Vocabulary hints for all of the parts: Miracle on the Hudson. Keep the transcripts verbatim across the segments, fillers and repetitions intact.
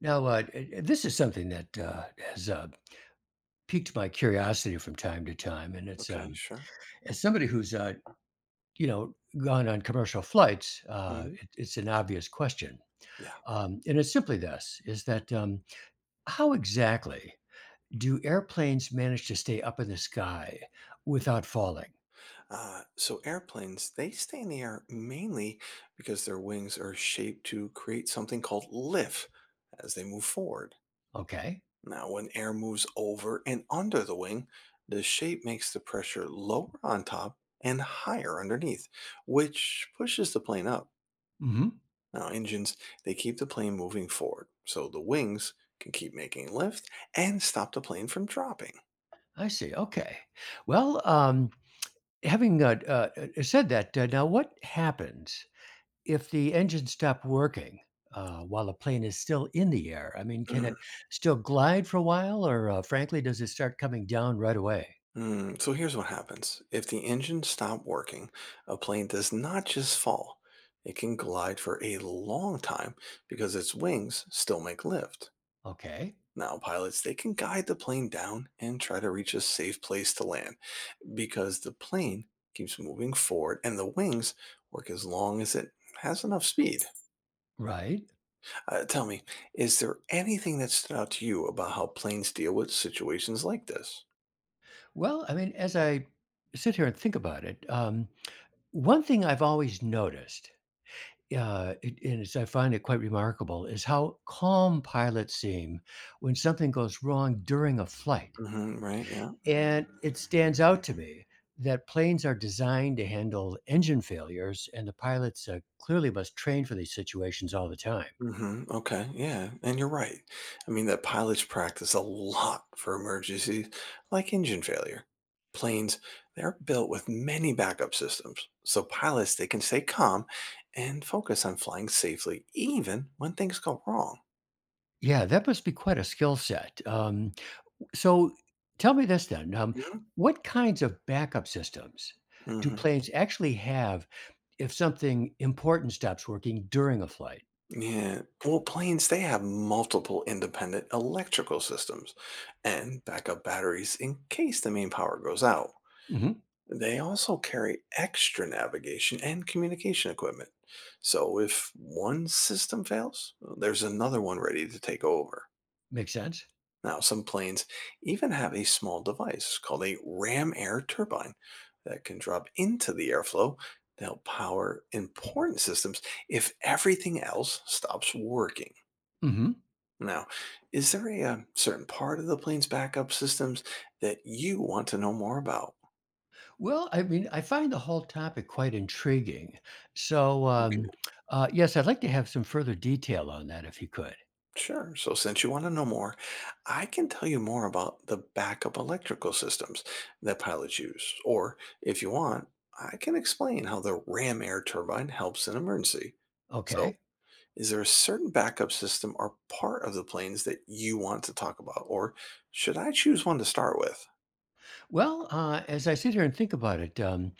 Now, uh, eh, eh, this is something that uh, has uh, piqued my curiosity from time to time, and it's Okay, um, sure. as somebody who's uh, you know gone on commercial flights, uh, Hmm. it, it's an obvious question, Yeah. um, and it's simply this: is that um, how exactly do airplanes manage to stay up in the sky without falling? Uh, so airplanes, they stay in the air mainly because their wings are shaped to create something called lift as they move forward. Okay. Now, when air moves over and under the wing, the shape makes the pressure lower on top and higher underneath, which pushes the plane up. Hmm. Now, engines, they keep the plane moving forward, so the wings can keep making lift and stop the plane from dropping. I see. Okay, well, um, having uh, uh, eh, said that, uh, now what happens? If the engine stopped working, uh, while a plane is still in the air, I mean, can it still glide for a while or, uh, frankly, does it start coming down right away? Mm, so here's what happens. If the engine stopped working, a plane does not just fall. It can glide for a long time because its wings still make lift. Okay. Now, pilots, they can guide the plane down and try to reach a safe place to land because the plane keeps moving forward and the wings work as long as it has enough speed. Right. Uh, tell me, is there anything that stood out to you about how planes deal with situations like this? Well, I mean, as I sit here and think about it, um, one thing I've always noticed, uh, it, and it's, I find it quite remarkable, is how calm pilots seem when something goes wrong during a flight. Hmm, right, yeah. And it stands out to me that planes are designed to handle engine failures, and the pilots uh, clearly must train for these situations all the time. Hmm. Okay. Yeah. And you're right. I mean, that pilots practice a lot for emergencies like engine failure. Planes, they're built with many backup systems. So pilots, they can stay calm and focus on flying safely, even when things go wrong. Yeah, that must be quite a skill set. Um, so tell me this then. Um, what kinds of backup systems do Hmm. planes actually have if something important stops working during a flight? Yeah. Well, planes, they have multiple independent electrical systems and backup batteries in case the main power goes out. Hmm. They also carry extra navigation and communication equipment. So if one system fails, well, there's another one ready to take over. Makes sense. Now, some planes even have a small device called a ram air turbine that can drop into the airflow to help power important systems if everything else stops working. Hmm. Now, is there a, uh certain part of the plane's backup systems that you want to know more about? Well, I mean, I find the whole topic quite intriguing. So, Okay. um, uh, yes, I'd like to have some further detail on that if you could. Sure. So, since you want to know more, I can tell you more about the backup electrical systems that pilots use. Or, if you want, I can explain how the ram air turbine helps in emergency. So, Okay. is there a certain backup system or part of the planes that you want to talk about? Or should I choose one to start with? Well, uh, as I sit here and think about it, um,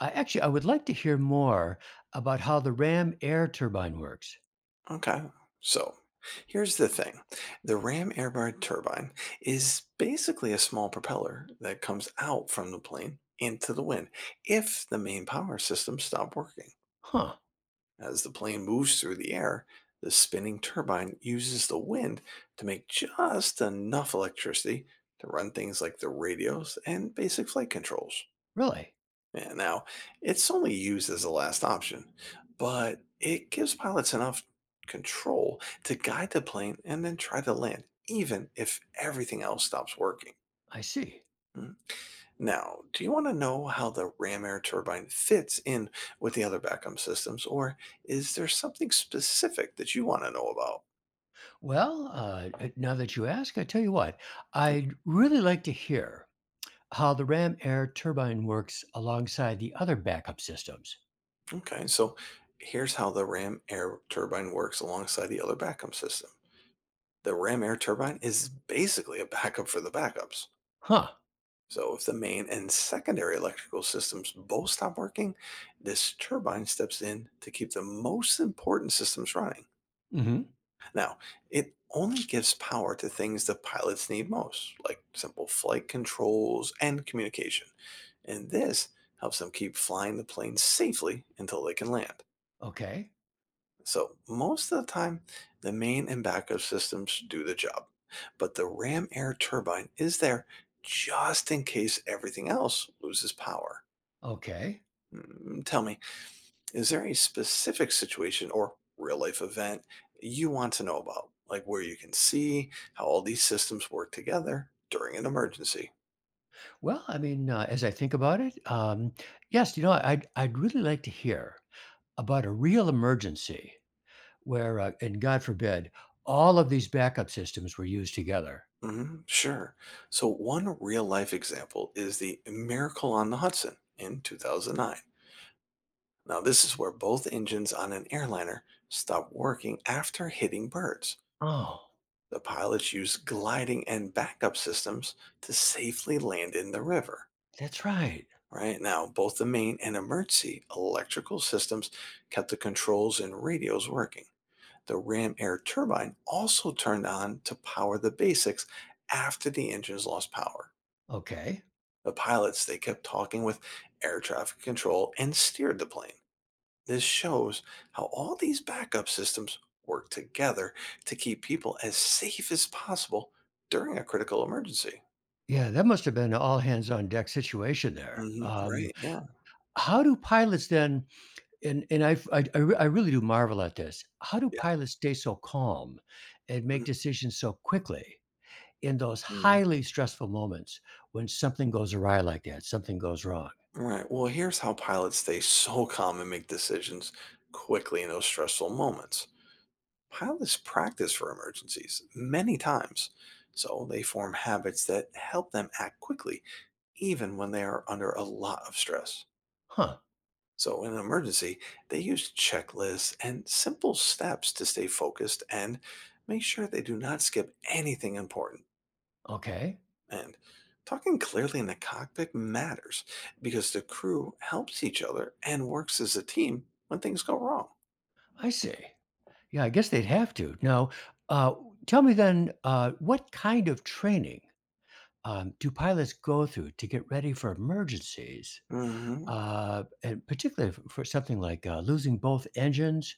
I actually I would like to hear more about how the RAM air turbine works. Okay. So here's the thing, the Ram airborne turbine is basically a small propeller that comes out from the plane into the wind if the main power system stops working. Huh? As the plane moves through the air, the spinning turbine uses the wind to make just enough electricity to run things like the radios and basic flight controls. Really? Yeah, now, it's only used as a last option, but it gives pilots enough control to guide the plane and then try to land, even if everything else stops working. I see. Mm. Now, do you want to know how the ram air turbine fits in with the other backup systems, or is there something specific that you want to know about? Well, uh, uh, now that you ask, I tell you what, I'd really like to hear how the RAM air turbine works alongside the other backup systems. Okay, so here's how the ram air turbine works alongside the other backup system. The ram air turbine is basically a backup for the backups. Huh? So if the main and secondary electrical systems both stop working, this turbine steps in to keep the most important systems running. Hmm. Now, it only gives power to things the pilots need most, like simple flight controls and communication. And this helps them keep flying the plane safely until they can land. Okay. So most of the time, the main and backup systems do the job. But the ram air turbine is there just in case everything else loses power. Okay. Mm. Tell me, is there a specific situation or real life event you want to know about? Like where you can see how all these systems work together during an emergency? Well, I mean, uh, as I think about it, um, yes, you know, I'd I'd really like to hear about a real emergency where, uh, and God forbid, all of these backup systems were used together. Hmm. Sure. So, one real life example is the Miracle on the Hudson in two thousand nine. Now, this is where both engines on an airliner stopped working after hitting birds. Oh, The pilots used gliding and backup systems to safely land in the river. that's right. Right now, both the main and emergency electrical systems kept the controls and radios working. The ram air turbine also turned on to power the basics after the engines lost power. Okay. The pilots, they kept talking with air traffic control and steered the plane. This shows how all these backup systems work together to keep people as safe as possible during a critical emergency. Yeah, that must have been an all hands on deck situation there. Hmm, Um, right? Yeah. How do pilots then? And and i I, I re- I really do marvel at this. How do Yeah. pilots stay so calm and make decisions so quickly in those Mhm. highly stressful moments when something goes awry like that, something goes wrong? All right. Well, here's how pilots stay so calm and make decisions quickly in those stressful moments. Pilots practice for emergencies many times, so they form habits that help them act quickly, even when they are under a lot of stress. Huh. So, in an emergency, they use checklists and simple steps to stay focused and make sure they do not skip anything important. Okay. And talking clearly in the cockpit matters because the crew helps each other and works as a team when things go wrong. I see. Yeah, I guess they'd have to. Now, uh, tell me then, uh, what kind of training um, do pilots go through to get ready for emergencies, Hmm. uh, and particularly f- for something like uh, losing both engines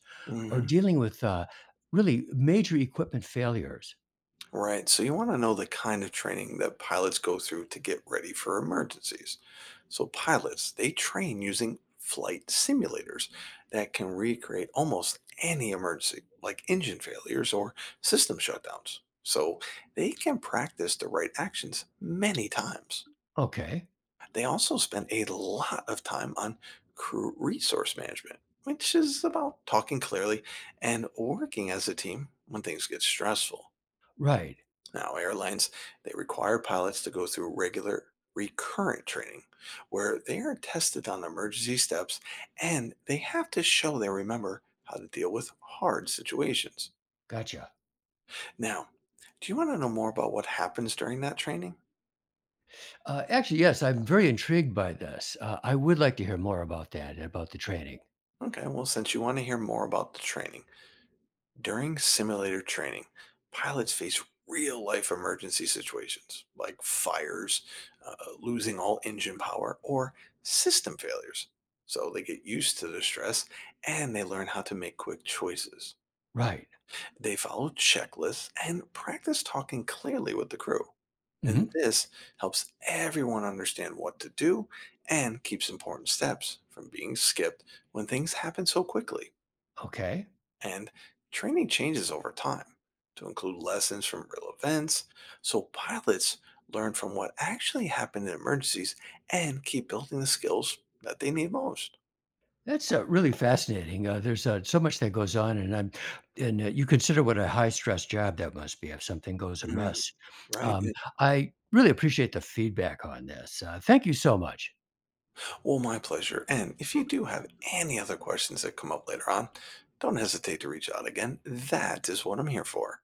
or Hmm. dealing with uh, really major equipment failures? Right. So you want to know the kind of training that pilots go through to get ready for emergencies. So pilots, they train using flight simulators that can recreate almost any emergency, like engine failures or system shutdowns. So they can practice the right actions many times. Okay. They also spent a lot of time on crew resource management, which is about talking clearly and working as a team when things get stressful. Right. Now, airlines, they require pilots to go through regular recurrent training where they are tested on emergency steps and they have to show they remember how to deal with hard situations. Gotcha. Now, do you want to know more about what happens during that training? Uh, actually, yes, I'm very intrigued by this. Uh, I would like to hear more about that, about the training. Okay, well, since you want to hear more about the training, during simulator training, pilots face real life emergency situations like fires, uh, losing all engine power, or system failures. So they get used to the stress and they learn how to make quick choices. Right. They follow checklists and practice talking clearly with the crew. And Hmm. this helps everyone understand what to do and keeps important steps from being skipped when things happen so quickly. Okay. And training changes over time to include lessons from real events, so pilots learn from what actually happened in emergencies and keep building the skills that they need most. That's uh, really fascinating. Uh, there's uh, so much that goes on, and I'm, and uh, you consider what a high stress job that must be if something goes Mm, amiss. right? Um, Yeah. I really appreciate the feedback on this. Uh, thank you so much. Well, my pleasure. And if you do have any other questions that come up later on, don't hesitate to reach out again. That is what I'm here for.